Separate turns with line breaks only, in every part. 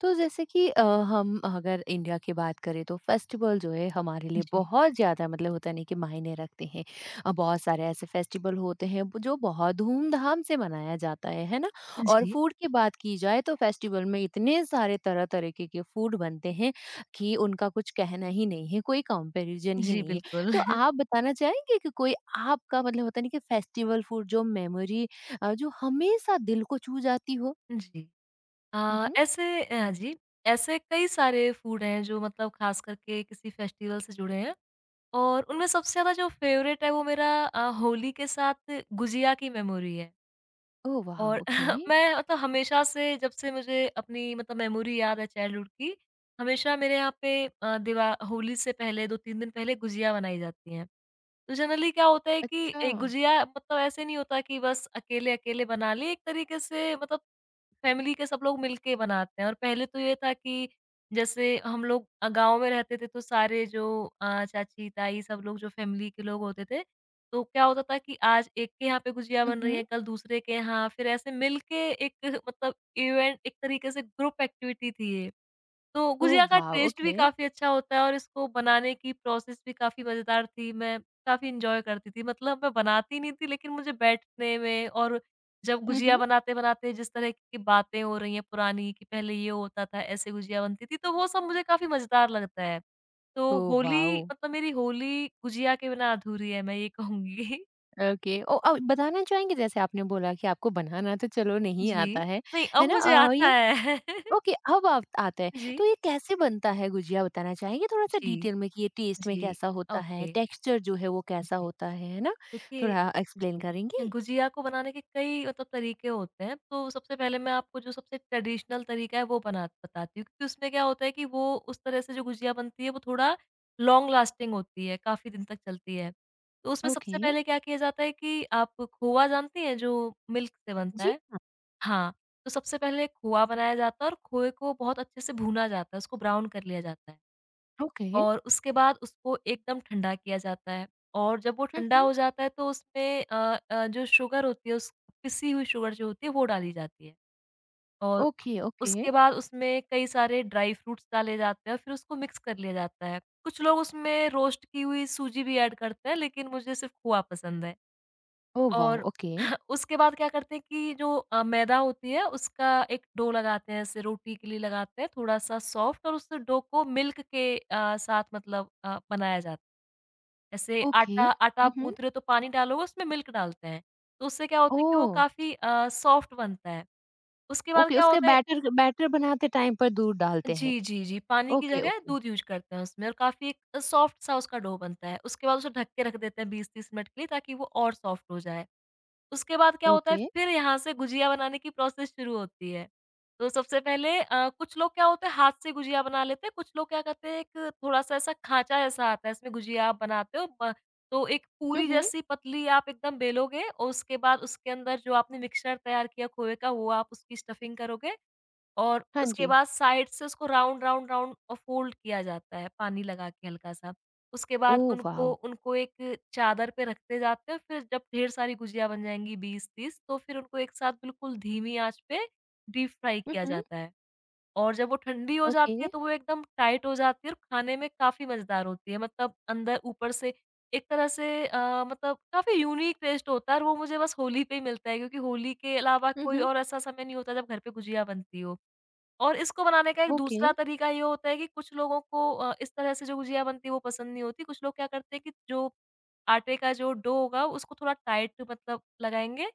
तो जैसे कि हम अगर इंडिया की बात करें तो फेस्टिवल जो है हमारे लिए
जी,
बहुत ज़्यादा मतलब होता नहीं कि मायने रखते हैं। बहुत सारे ऐसे फेस्टिवल होते हैं वो जो बहुत धूमधाम से मनाया जाता है ना। और
जी,
फूड की बात की जाए तो फेस्टिवल में इतने सारे तरह तरीके के फूड बनते हैं कि उनका कुछ कहना ही नहीं है, कोई कंपैरिजन ही
जी,
नहीं है।
बिल्कुल।
तो आप बताना चाहेंगे कि कोई आपका मतलब होता नहीं कि फेस्टिवल फूड जो मेमोरी जो हमेशा दिल को छू जाती हो।
जी। अ,
हम्म।
ऐसे जी, ऐसे कई सारे फूड हैं जो मतलब ख़ास करके किसी फेस्टिवल से जुड़े हैं, और उनमें सबसे ज़्यादा जो फ़ेवरेट है वो मेरा होली के साथ गुजिया की मेमोरी है।
ओ वाह,
और
ओके।
मैं मतलब हमेशा से जब से मुझे अपनी मतलब मेमोरी याद है चाइल्डहुड की, हमेशा मेरे यहाँ पे दिवा होली से पहले 2-3 दिन पहले गुजिया बनाई जाती हैं। तो जनरली क्या होता है कि
अच्छा।
गुजिया मतलब ऐसे नहीं होता कि बस अकेले-अकेले बना ली, एक तरीके से मतलब फैमिली के सब लोग मिलके बनाते हैं। और पहले तो ये था कि जैसे हम लोग गाँव में रहते थे, तो सारे जो चाची-ताई सब लोग जो फैमिली के लोग होते थे, तो क्या होता था कि आज एक के यहाँ पे गुजिया
हुँ,
बन रही है,
हुँ।
कल दूसरे के यहाँ, फिर ऐसे मिलके एक मतलब इवेंट एक तरीके से ग्रुप एक्टिविटी थी ये। तो
ओह
गुजिया का
वाओ!
टेस्ट भी
ओके।
काफ़ी अच्छा होता है और इसको बनाने की प्रोसेस भी काफ़ी मज़ेदार थी। मैं काफ़ी एन्जॉय करती थी। मतलब मैं बनाती नहीं थी, लेकिन मुझे बैठने में और जब
हुँ,
गुजिया
हुँ।
बनाते-बनाते जिस तरह की बातें हो रही हैं पुरानी कि पहले ये होता था, ऐसे गुजिया बनती थी, तो वो सब मुझे काफ़ी मज़ेदार लगता है। तो
ओह
होली
वाओ!
मतलब मेरी होली गुजिया के बिना अधूरी है, मैं ये कहूँगी।
ओके। ओ बताना चाहेंगे जैसे आपने बोला कि आपको बनाना तो चलो नहीं आता
जी। नहीं, अब
है ना?
मुझे
अ,
आता
ये
है।
ओके, अब आप आता है।
जी।
तो ये कैसे बनता है गुजिया, बताना चाहेंगे थोड़ा-सा
जी,
डिटेल में कि ये टेस्ट में
जी।
कैसा होता है?
ओके।
टेक्सचर जो है वो कैसा
जी।
होता है ना?
देखिए
थोड़ा एक्सप्लेन
जी,
करेंगी?
गुजिया को बनाने के कई मतलब तरीके होते हैं। तो सबसे पहले मैं आपको जो सबसे ट्रेडिशनल तरीका है वो बना बताती हूँ, क्योंकि उसमें क्या होता है कि वो उस तरह से जो गुजिया बनती है वो थोड़ा लॉन्ग लास्टिंग होती है, काफ़ी दिन तक चलती है। तो उसमें सबसे
ओके।
पहले क्या किया जाता है कि आप खोआ जानती हैं जो मिल्क से बनता
जी
है?
हाँ।
हाँ, तो सबसे पहले खोआ बनाया जाता है और खोए को बहुत अच्छे से भूना जाता है, उसको ब्राउन कर लिया जाता है।
ओके।
और उसके बाद उसको एकदम ठंडा किया जाता है, और जब वो
हुँ,
ठंडा
हुँ।
हो जाता है तो उसमें जो शुगर होती है, उस पिसी हुई शुगर जो होती है वो डाली जाती है। और
ओके, ओके।
उसके बाद उसमें कई सारे ड्राई फ्रूट्स डाले जाते हैं, फिर उसको मिक्स कर लिया जाता है। कुछ लोग उसमें रोस्ट की हुई सूजी भी ऐड करते हैं, लेकिन मुझे सिर्फ़ खोआ पसंद है।
Oh wow!
और
ओके।
उसके बाद क्या करते हैं कि जो मैदा होती है उसका एक डो लगाते हैं, ऐसे रोटी के लिए लगाते हैं थोड़ा-सा सॉफ्ट, और उस डो को मिल्क के साथ मतलब बनाया जाता है। ऐसे
ओके।
आटा आटा
हुँ,
आप
हुँ।
गूँथ रहे हो तो पानी डालोगे, उसमें मिल्क डालते हैं। तो उससे क्या होता है कि वो
ओह!
काफ़ी सॉफ्ट बनता है। उसके बाद
ओके,
क्या
उसके
होता है,
बैटर बैटर बनाते टाइम पर दूध डालते हैं।
जी, जी, जी। पानी की
ओके,
जगह
ओके,
दूध यूज़ करते हैं उसमें, और काफ़ी एक सॉफ्ट सा उसका डो बनता है। उसके बाद उसे ढक के रख देते हैं 20-30 मिनट के लिए, ताकि वो और सॉफ्ट हो जाए। उसके बाद क्या होता है,
ओके।
फिर यहाँ से गुजिया बनाने की प्रोसेस शुरू होती है। तो सबसे पहले कुछ लोग क्या होते हैं हाथ से गुजिया बना लेते हैं, कुछ लोग क्या करते हैं, एक थोड़ा-सा ऐसा खाँचा ऐसा आता है, इसमें गुजिया आप बनाते हो। ब तो एक
हुँ,
पूरी
हुँ।
जैसी पतली आप एकदम बेलोगे, और उसके बाद उसके अंदर जो आपने मिक्सचर तैयार किया खोए का वो आप उसकी स्टफिंग करोगे। और
हाँ
उसके
जी।
बाद साइड से उसको राउंड, राउंड, राउंड फ़ोल्ड किया जाता है पानी लगा के हल्का-सा। उसके बाद
ओह
उनको
वाव!
उनको एक चादर पे रखते जाते हैं, फिर जब ढेर सारी गुजिया बन जाएँगी 20-30, तो फिर उनको एक साथ बिल्कुल धीमी आँच पे डीप फ्राई
हुँ,
किया
हुँ।
जाता है। और जब वो ठंडी हो
ओके।
जाती है तो वो एकदम टाइट हो जाती है, और खाने में काफ़ी मज़ेदार होती है। मतलब अंदर ऊपर से एक तरह से मतलब काफ़ी यूनिक टेस्ट होता है, और वो मुझे बस होली पे ही मिलता है, क्योंकि होली के अलावा
हुँ,
कोई
हुँ।
और ऐसा समय नहीं होता जब घर पे गुजिया बनती हो। और इसको बनाने का एक
ओके।
दूसरा तरीका ये होता है कि कुछ लोगों को इस तरह से जो गुजिया बनती है वो पसंद नहीं होती। कुछ लोग क्या करते हैं कि जो आटे का जो डो होगा उसको थोड़ा टाइट मतलब लगाएँगे,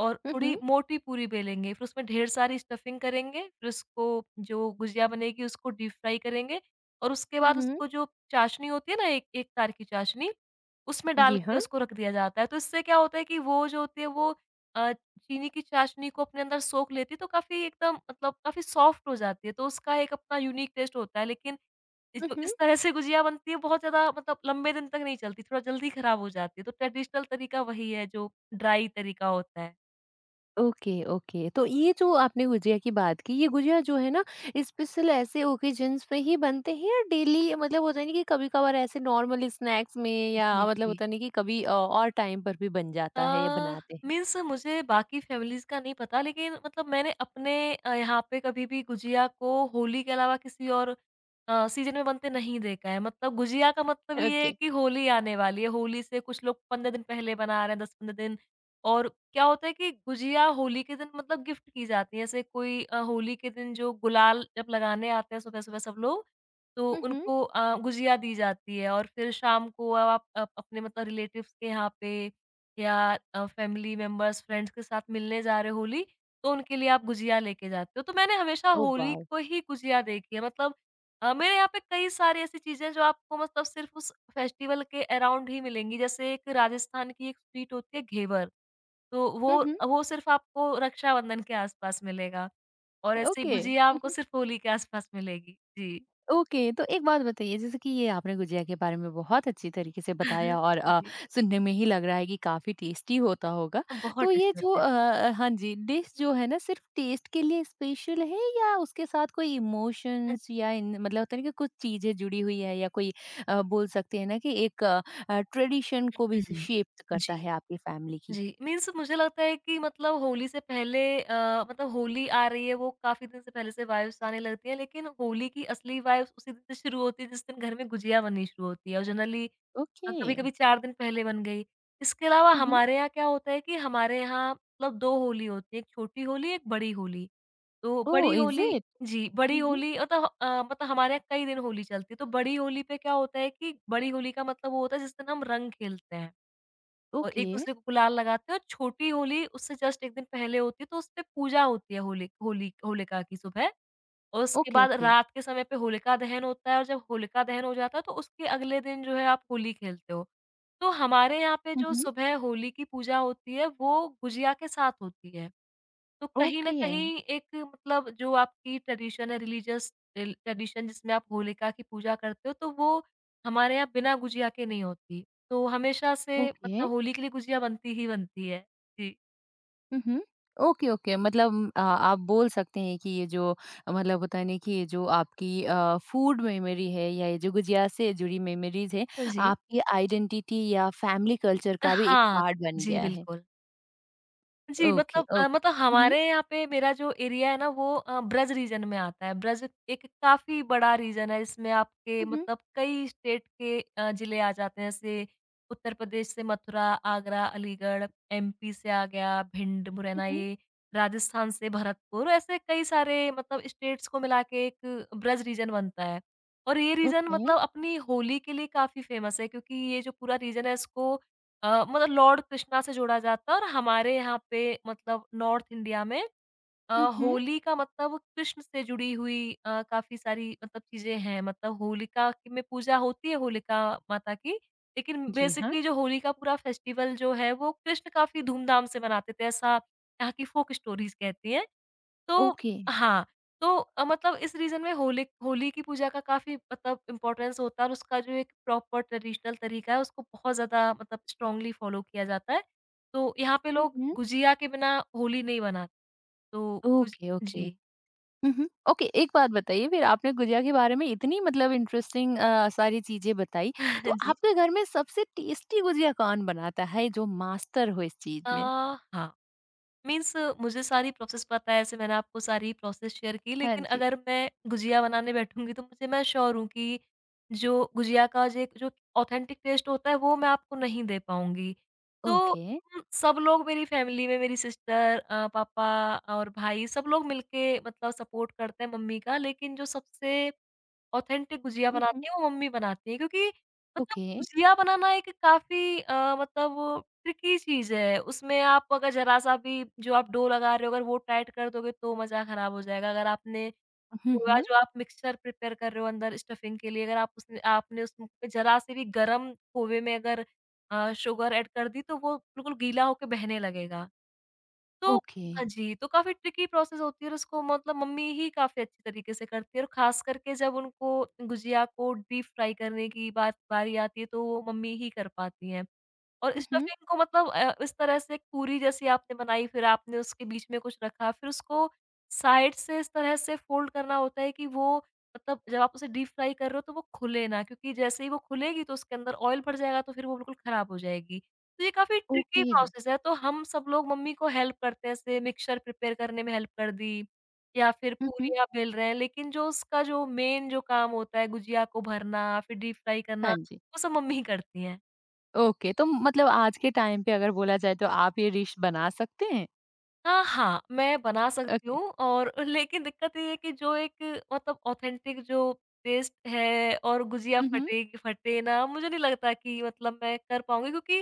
और
हुँ,
थोड़ी
हुँ।
मोटी पूरी बेलेंगे। फिर उसमें ढेर सारी स्टफिंग करेंगे, फिर उसको जो गुजिया बनेगी उसको डीप फ्राई करेंगे। और उसके
हुँ,
बाद
हुँ।
उसको जो चाशनी होती है ना, एक एक तार की चाशनी, उसमें डाल
जी
के
हाँ।
उसको रख दिया जाता है। तो इससे क्या होता है कि वो जो होती है वो अ, चीनी की चाशनी को अपने अंदर सोख लेती है, तो काफ़ी एकदम मतलब काफ़ी सॉफ्ट हो जाती है, तो उसका एक अपना यूनिक टेस्ट होता है। लेकिन ये
हुँ,
जो
हुँ।
इस तरह से गुजिया बनती है बहुत ज़्यादा मतलब लंबे दिन तक नहीं चलती, थोड़ा जल्दी खराब हो जाती है। तो ट्रेडिशनल तरीका वही है जो ड्राई तरीका होता है।
Okay, okay. तो ये जो आपने गुजिया की बात की, ये गुजिया जो है ना स्पेशल ऐसे ओकेजन्स पे ही बनते हैं या डेली मतलब होता नहीं कि कभी-कभार ऐसे नॉर्मल स्नैक्स में या
जी,
मतलब
जी।
होता नहीं कि कभी और टाइम पर भी बन
अ,
जाता है या बनाते हैं?
मीन्स मुझे बाकी फैमिलीज़ का नहीं पता, लेकिन मतलब मैंने अपने यहाँ पे कभी भी गुजिया को होली के अलावा किसी और सीज़न में बनते नहीं देखा है। मतलब गुजिया का मतलब ये है
ओके।
कि होली आने वाली है, होली से कुछ लोग 15 दिन पहले बना रहे हैं, 10-15 दिन। और क्या होता है कि गुजिया होली के दिन मतलब गिफ्ट की जाती है। ऐसे कोई होली के दिन जो गुलाल जब लगाने आते हैं सुबह-सुबह सब लोग, तो
हुँ, हुँ।
उनको गुजिया दी जाती है, और फिर शाम को आप अप अपने मतलब रिलेटिव्स के यहाँ पे या फैमिली मेंबर्स, फ्रेंड्स के साथ मिलने जा रहे हो होली, तो उनके लिए आप गुजिया लेके जाते हो। तो मैंने हमेशा
ओह
होली
वाव!
को ही गुजिया देखी है। मतलब मेरे यहाँ पे कई सारी ऐसी चीज़ें हैं जो आपको मतलब सिर्फ़ उस फेस्टिवल के अराउंड ही मिलेंगी। जैसे एक राजस्थान की एक स्वीट होती है घेवर, तो
हुँ,
वो
हुँ।
वो सिर्फ़ आपको रक्षाबंधन के आस-पास मिलेगा, और ऐसे ही
ओके।
गुजिया
हुँ,
आपको
हुँ।
सिर्फ़ होली के आस-पास मिलेगी। जी।
ओके, तो एक बात बताइए जैसे कि ये आपने गुजिया के बारे में बहुत अच्छी तरीके से बताया और
जी।
सुनने में ही लग रहा है कि काफ़ी टेस्टी होता होगा।
तो बहुत
तो ये
टेस्टी
जो
होते हैं।
हाँ जी, डिश जो है ना सिर्फ़ टेस्ट के लिए स्पेशल है या उसके साथ कोई इमोशंस या इन मतलब होता है ना कि कुछ चीज़ें जुड़ी हुई है या कोई बोल सकते हैं ना कि एक ट्रेडिशन को भी
हुँ।
शेप्ड करता
जी।
है आपकी फैमिली की?
जी, मीन्स मुझे लगता है कि मतलब होली से पहले मतलब होली आ रही है वो काफ़ी दिन से पहले से वाइब्स आने लगती हैं, लेकिन होली की असली वाइब्स उसी दिन से शुरू होती है जिस दिन घर में गुजिया बननी शुरू होती है, और जनरली
ओके।
कभी-कभी 4 दिन पहले बन गई। इसके अलावा
हुँ, हुँ।
हमारे यहाँ क्या होता है कि हमारे यहाँ मतलब 2 होली होती है, एक छोटी होली, एक बड़ी होली। तो बड़ी
ओह! Is
Holi,
it?
जी, बड़ी
हुँ, हुँ।
होली मतलब मतलब हमारे यहाँ कई दिन होली चलती है, तो बड़ी होली पे क्या होता है कि बड़ी होली का मतलब वो होता है जिस दिन हम रंग खेलते हैं और
ओके।
एक-दूसरे को गुलाल लगाते हैं। और छोटी होली उससे जस्ट 1 दिन पहले होती है, तो उसपे पूजा होती है होली होली होलिका की सुबह, और उसके
ओके,
बाद
ओके।
रात के समय पे होलिका दहन होता है, और जब होलिका दहन हो जाता है, तो उसके अगले दिन जो है आप होली खेलते हो। तो हमारे यहाँ पे
हुँ,
जो
हुँ।
सुबह होली की पूजा होती है, वो गुजिया के साथ होती है। तो कहीं न
ओके,
कहीं एक मतलब जो आपकी ट्रेडिशन है रिलीजियस रिल ट्रेडिशन, जिसमें आप होलिका की पूजा करते हो, तो वो हमारे यहाँ बिना गुजिया के नहीं होती। तो हमेशा से
ओके।
मतलब होली के लिए गुजिया बनती ही बनती है। जी।
हुँ, हुँ। ओके, ओके मतलब आप बोल सकते हैं कि ये जो मतलब होता है ना कि ये जो आपकी फूड मेमोरी है या ये जो गुजिया से जुड़ी मेमोरीज़ है,
हाँ जी।
आपकी आइडेंटिटी या फैमिली कल्चर का भी एक
हाँ।
पार्ट बन
जी,
गया है।
बिल्कुल। जी,
ओके,
मतलब
ओक
मतलब
हुँ, हुँ।
हमारे यहाँ पे मेरा जो एरिया है ना वो ब्रज रीजन में आता है। ब्रज एक काफ़ी बड़ा रीजन है, इसमें आपके
हुँ, हुँ।
मतलब कई स्टेट के ज़िले आ जाते हैं। जैसे उत्तर प्रदेश से मथुरा, आगरा, अलीगढ़, एमपी से आ गया भिंड,
हुँ,
मुरैना
हुँ।
ये, राजस्थान से भरतपुर, ऐसे कई सारे मतलब स्टेट्स को मिला के एक ब्रज रीजन बनता है। और ये रीजन
ओके।
मतलब अपनी होली के लिए काफ़ी फ़ेमस है, क्योंकि ये जो पूरा रीजन है इसको मतलब लॉर्ड कृष्णा से जोड़ा जाता है, और हमारे यहाँ पे मतलब नॉर्थ इंडिया में अ,
हुँ, हुँ।
होली का मतलब कृष्ण से जुड़ी हुई काफ़ी सारी मतलब चीज़ें हैं। मतलब होलिका की में पूजा होती है होलिका माता की, लेकिन
जी हाँ।
बेसिकली जो होली का पूरा फेस्टिवल जो है वो कृष्ण काफ़ी धूमधाम से मनाते थे, ऐसा यहाँ की फ़ोक स्टोरीज़ कहती हैं। तो
ओके।
हाँ, तो मतलब इस रीज़न में होली होली की पूजा का काफ़ी मतलब इम्पोर्टेंस होता है, और उसका जो एक प्रॉपर ट्रेडिशनल तरीका है, उसको बहुत ज़्यादा मतलब स्ट्रॉन्गली फॉलो किया जाता है। तो यहाँ पे
हुँ,
लोग
हुँ।
गुजिया के बिना होली नहीं मनाते। तो कुछ
ओके, ओके।
जी।
उहुँ। ओके, एक बात बताइए फिर आपने गुजिया के बारे में इतनी मतलब इंटरेस्टिंग सारी चीज़ें बताई, तो
जी।
आपके घर में सबसे टेस्टी गुजिया कौन बनाता है जो मास्टर हो इस चीज़
अ,
में?
हाँ। मीन्स मुझे सारी प्रोसेस पता है, ऐसे मैंने आपको सारी प्रोसेस शेयर की,
हाँ
लेकिन
जी।
अगर मैं गुजिया बनाने बैठूँगी तो मुझे मैं श्योर हूँ कि जो गुजिया का जे जो ऑथेंटिक टेस्ट होता है, वो मैं आपको नहीं दे पाऊँगी। तो
ओके।
हम सब लोग मेरी फैमिली में मेरी सिस्टर पापा और भाई सब लोग मिलके मतलब सपोर्ट करते हैं मम्मी का, लेकिन जो सबसे ऑथेंटिक गुजिया
उहुँ,
बनाती हैं, वो मम्मी बनाती हैं, क्योंकि मतलब
ओके।
गुजिया बनाना एक काफ़ी मतलब ट्रिकी चीज़ है। उसमें आप अगर ज़रा-सा भी जो आप डो लगा रहे हो अगर वो टाइट कर दोगे तो मज़ा ख़राब हो जाएगा। अगर आपने
हुँ,
पूरा
हुँ।
जो आप मिक्सचर प्रिपेयर कर रहे हो अंदर स्टफिंग के लिए अगर आप उसमें आपने उसमें ज़रा-सी भी गरम खोए में अगर शुगर ऐड कर दी तो वो बिल्कुल गीला होके बहने लगेगा। तो
ओके।
हाँ जी, तो काफ़ी ट्रिकी प्रोसेस होती है और उसको मतलब मम्मी ही काफ़ी अच्छी तरीके से करती है, और ख़ास करके जब उनको गुजिया को डीप फ्राई करने की बात बारी आती है, तो वो मम्मी ही कर पाती हैं। और
उहुँ,
स्टफिंग को मतलब इस तरह से एक पूरी जैसी आपने बनाई, फिर आपने उसके बीच में कुछ रखा, फिर उसको साइड से इस तरह से फोल्ड करना होता है कि वो मतलब जब आप उसे डीप फ्राई कर रहे हो तो वो खुले ना, क्योंकि जैसे ही वो खुलेगी तो उसके अंदर ऑयल भर जाएगा, तो फिर वो बिल्कुल खराब हो जाएगी। तो ये काफ़ी ट्रिकी
ओके।
प्रोसेस है, तो हम सब लोग मम्मी को हेल्प करते हैं, जैसे मिक्सचर प्रिपेयर करने में हेल्प कर दी या फिर
उहुँ,
पूरियाँ बेल रहे हैं, लेकिन जो उसका जो मेन जो काम होता है गुजिया को भरना फिर डीप फ्राई करना,
हाँ जी।
वो सब मम्मी ही करती हैं।
ओके, तो मतलब आज के टाइम पे अगर बोला जाए तो आप ये डिश बना सकते हैं?
हाँ, मैं बना सकती
ओके।
हूँ और लेकिन दिक्कत ये है कि जो एक मतलब ऑथेंटिक जो टेस्ट है और गुजिया
उहुँ,
फटेगी फटे ना, मुझे नहीं लगता कि मतलब मैं कर पाऊँगी, क्योंकि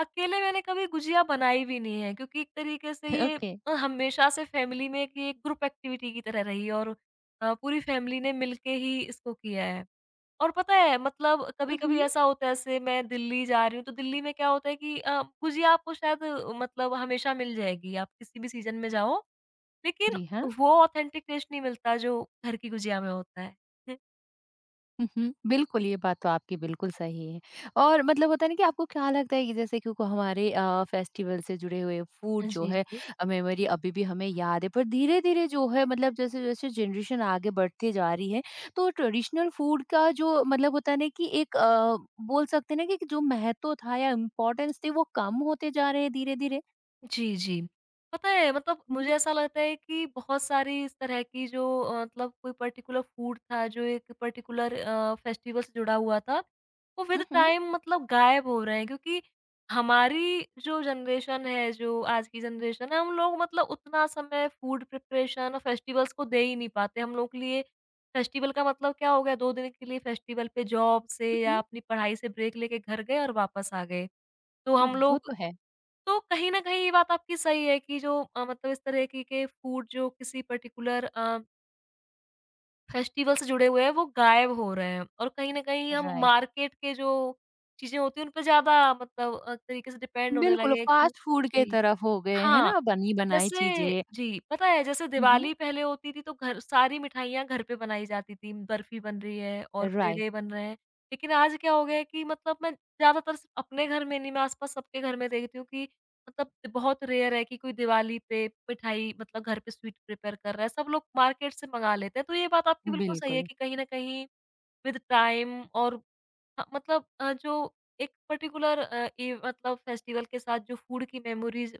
अकेले मैंने कभी गुजिया बनाई भी नहीं है, क्योंकि एक तरीके से ये
ओके।
हमेशा से फैमिली में कि एक ग्रुप एक्टिविटी की तरह रही है, और पूरी फैमिली ने मिलके ही इसको किया है। और पता है मतलब कभी-कभी
उहुँ,
ऐसा होता है, जैसे मैं दिल्ली जा रही हूँ, तो दिल्ली में क्या होता है कि गुजिया आपको शायद मतलब हमेशा मिल जाएगी, आप किसी भी सीज़न में जाओ, लेकिन
जी हाँ।
वो ऑथेंटिक टेस्ट नहीं मिलता जो घर की गुजिया में होता है।
हुँ, हुँ। बिल्कुल, ये बात तो आपकी बिल्कुल सही है और मतलब होता है ना कि आपको क्या लगता है कि जैसे क्योंकि हमारे फेस्टिवल से जुड़े हुए फूड जो
जी,
है
जी।
मेमोरी अभी भी हमें याद है पर धीरे-धीरे जो है मतलब जैसे-जैसे जनरेशन आगे बढ़ती जा रही है, तो ट्रेडिशनल फूड का जो मतलब होता है ना कि एक बोल सकते हैं ना कि जो महत्व था या इम्पोर्टेंस थी वो कम होते जा रहे हैं धीरे-धीरे?
जी, जी। पता है मतलब
हुँ,
मुझे
हुँ।
ऐसा लगता है कि बहुत सारी इस तरह की जो मतलब कोई पर्टिकुलर फूड था जो एक पर्टिकुलर फेस्टिवल से जुड़ा हुआ था, वो विद
हुँ,
टाइम मतलब गायब हो रहे हैं, क्योंकि हमारी जो जनरेशन है, जो आज की जनरेशन है, हम लोग मतलब उतना समय फूड प्रिपरेशन और फेस्टिवल्स को दे ही नहीं पाते। हम लोगों के लिए फेस्टिवल का मतलब क्या हो गया, 2 दिन के लिए फेस्टिवल पे जॉब से
हुँ,
या अपनी पढ़ाई से ब्रेक लेके घर गए और वापस आ गए। तो
हुँ।
हम
वो
लोग,
तो है।
तो कहीं न कहीं ये बात आपकी सही है कि जो मतलब इस तरह की के फूड जो किसी पर्टिकुलर फेस्टिवल से जुड़े हुए हैं वो गायब हो रहे हैं, और कहीं न कहीं हम
राइट।
मार्केट के जो चीज़ें होती हैं उन पे ज़्यादा मतलब तरीके से डिपेंड होने
बिल्कुल,
लगे हैं कि।
फास्ट फूड के
जी।
तरफ हो गए, है
हाँ।
ना? बनी बनाई
जैसे
चीज़ें।
जी, पता है जैसे
हुँ, हुँ।
दिवाली पहले होती थी, तो घर सारी मिठाइयाँ घर पे बनाई जाती थी, बर्फ़ी बन रही है और
राइट,
पेड़े बन रहे हैं। लेकिन आज क्या हो गया है कि मतलब मैं ज़्यादातर सिर्फ़ अपने घर में नहीं, मैं आस-पास सबके घर में देखती हूँ कि मतलब बहुत रेयर है कि कोई दिवाली पे मिठाई मतलब घर पे स्वीट प्रिपेयर कर रहा है, सब लोग मार्केट से मँगा लेते हैं। तो ये बात आपकी बिल्कुल सही है
बिल्कुल।
कि कहीं न कहीं विद टाइम और मतलब जो एक पर्टिकुलर ये मतलब फेस्टिवल के साथ जो फूड की मेमोरीज़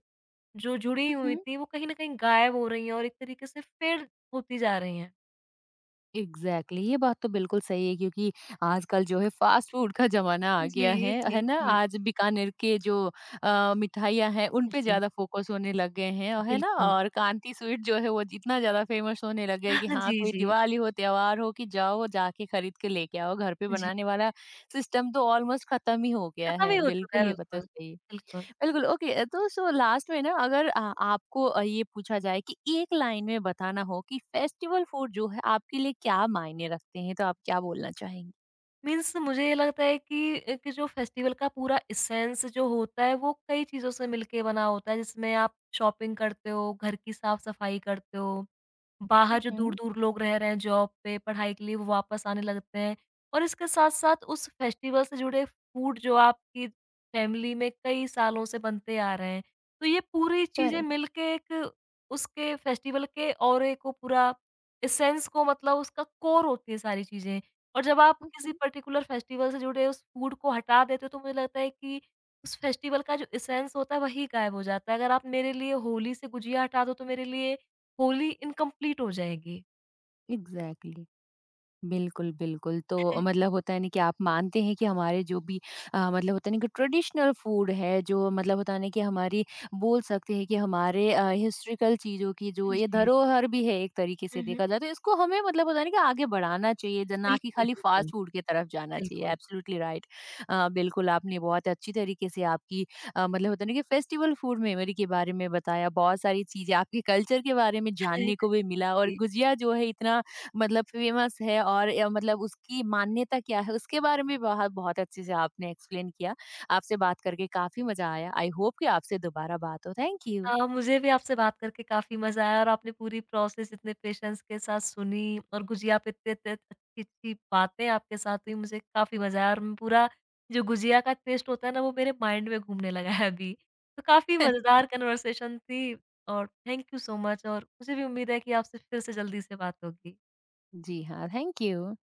जो जुड़ी
हुँ,
हुई
हुँ।
थी, वो कहीं न कहीं गायब हो रही हैं और एक तरीके से फेड होती जा रही हैं।
एग्ज़ैक्टली, ये बात तो बिल्कुल सही है क्योंकि आजकल जो है फ़ास्ट फ़ूड का ज़माना आ
जी,
गया है
जी,
ना?
जी।
आज बीकानेर के जो मिठाइयाँ हैं उन पे
जी,
ज़्यादा फ़ोकस होने लग गए हैं, और है ना?
बिल्कुल।
और कांति स्वीट जो है वो इतना ज़्यादा फ़ेमस होने लग गए कि हाँ,
जी,
कोई
जी,
दिवाली हो, त्योहार हो कि जाओ, जाके खरीद के लेके आओ। घर पे
जी।
बनाने वाला सिस्टम तो ऑलमोस्ट ख़त्म ही हो गया
खत्म ही
है।
हो चुका है,
बिल्कुल, ये बात तो
बिल्कुल,
सही है।
बिल्कुल।
बिल्कुल, ओके तो सो लास्ट में ना अगर आपको ये पूछा जाए कि एक लाइन में बताना हो कि फेस्टिवल फूड जो है आपके लिए क्या मायने रखते हैं, तो आप क्या बोलना चाहेंगी?
मीन्स मुझे ये लगता है कि जो फेस्टिवल का पूरा एसेंस जो होता है वो कई चीज़ों से मिलके बना होता है, जिसमें आप शॉपिंग करते हो, घर की साफ-सफाई करते हो। बाहर
हुँ,
जो
हुँ।
दूर-दूर लोग रह रहे हैं जॉब पे, पढ़ाई के लिए, वो वापस आने लगते हैं। और इसके साथ-साथ उस फेस्टिवल से जुड़े फूड जो आपकी फैमिली में कई सालों से बनते आ रहे हैं। तो ये पूरी चीज़ें
करेक्ट।
मिलके एक उसके फेस्टिवल के ऑरे को पूरा, एसेंस को, मतलब उसका कोर होती है सारी चीज़ें। और जब आप
हुँ,
किसी
हुँ।
पर्टिकुलर फेस्टिवल से जुड़े उस फूड को हटा देते हो, तो मुझे लगता है कि उस फेस्टिवल का जो एसेंस होता है वही गायब हो जाता है। अगर आप मेरे लिए होली से गुजिया हटा दो तो मेरे लिए होली इनकम्प्लीट हो जाएगी।
एग्ज़ैक्टली। बिल्कुल, बिल्कुल। तो मतलब होता है ना कि आप मानते हैं कि हमारे जो भी मतलब होता है ना कि ट्रेडिशनल फूड है जो मतलब होता है ना कि हमारी बोल सकते हैं कि हमारे हिस्ट्रिकल चीज़ों की जो
हुँ,
ये
जी, जी।
धरोहर भी है एक तरीके
हुँ,
से
हुँ।
देखा जाए, तो इसको हमें मतलब होता है ना कि आगे बढ़ाना चाहिए ज ना कि
बिल्कुल,
खाली
बिल्कुल,
फ़ास्ट फूड की तरफ जाना चाहिए।
बिल्कुल।
Absolutely right. बिल्कुल आपने बहुत अच्छी तरीके से आपकी मतलब होता है ना कि फेस्टिवल फूड मेमोरी के बारे में बताया, बहुत सारी चीज़ें आपके कल्चर के बारे में जानने को भी मिला और
जी।
गुजिया जो है इतना मतलब फेमस है और मतलब उसकी मान्यता क्या है उसके बारे में बहुत बहुत अच्छे से आपने एक्सप्लेन किया। आपसे बात करके काफ़ी मज़ा आया। आई होप कि आपसे दोबारा बात हो। Thank you.
हाँ, मुझे भी आपसे बात करके काफ़ी मज़ा आया, और आपने पूरी प्रोसेस इतने पेशेंस के साथ सुनी और गुजिया पे इतने इतने अच्छी-अच्छी बातें आपके साथ हुई, मुझे काफ़ी मज़ा आया, और मैं पूरा जो गुजिया का टेस्ट होता है ना, वो मेरे माइंड में घूमने लगा है अभी। तो काफ़ी मज़ेदार कन्वर्सेशन थी, और थैंक यू सो मच, और मुझे भी उम्मीद है कि आपसे फिर से जल्दी से बात होगी।
जी हाँ, थैंक यू।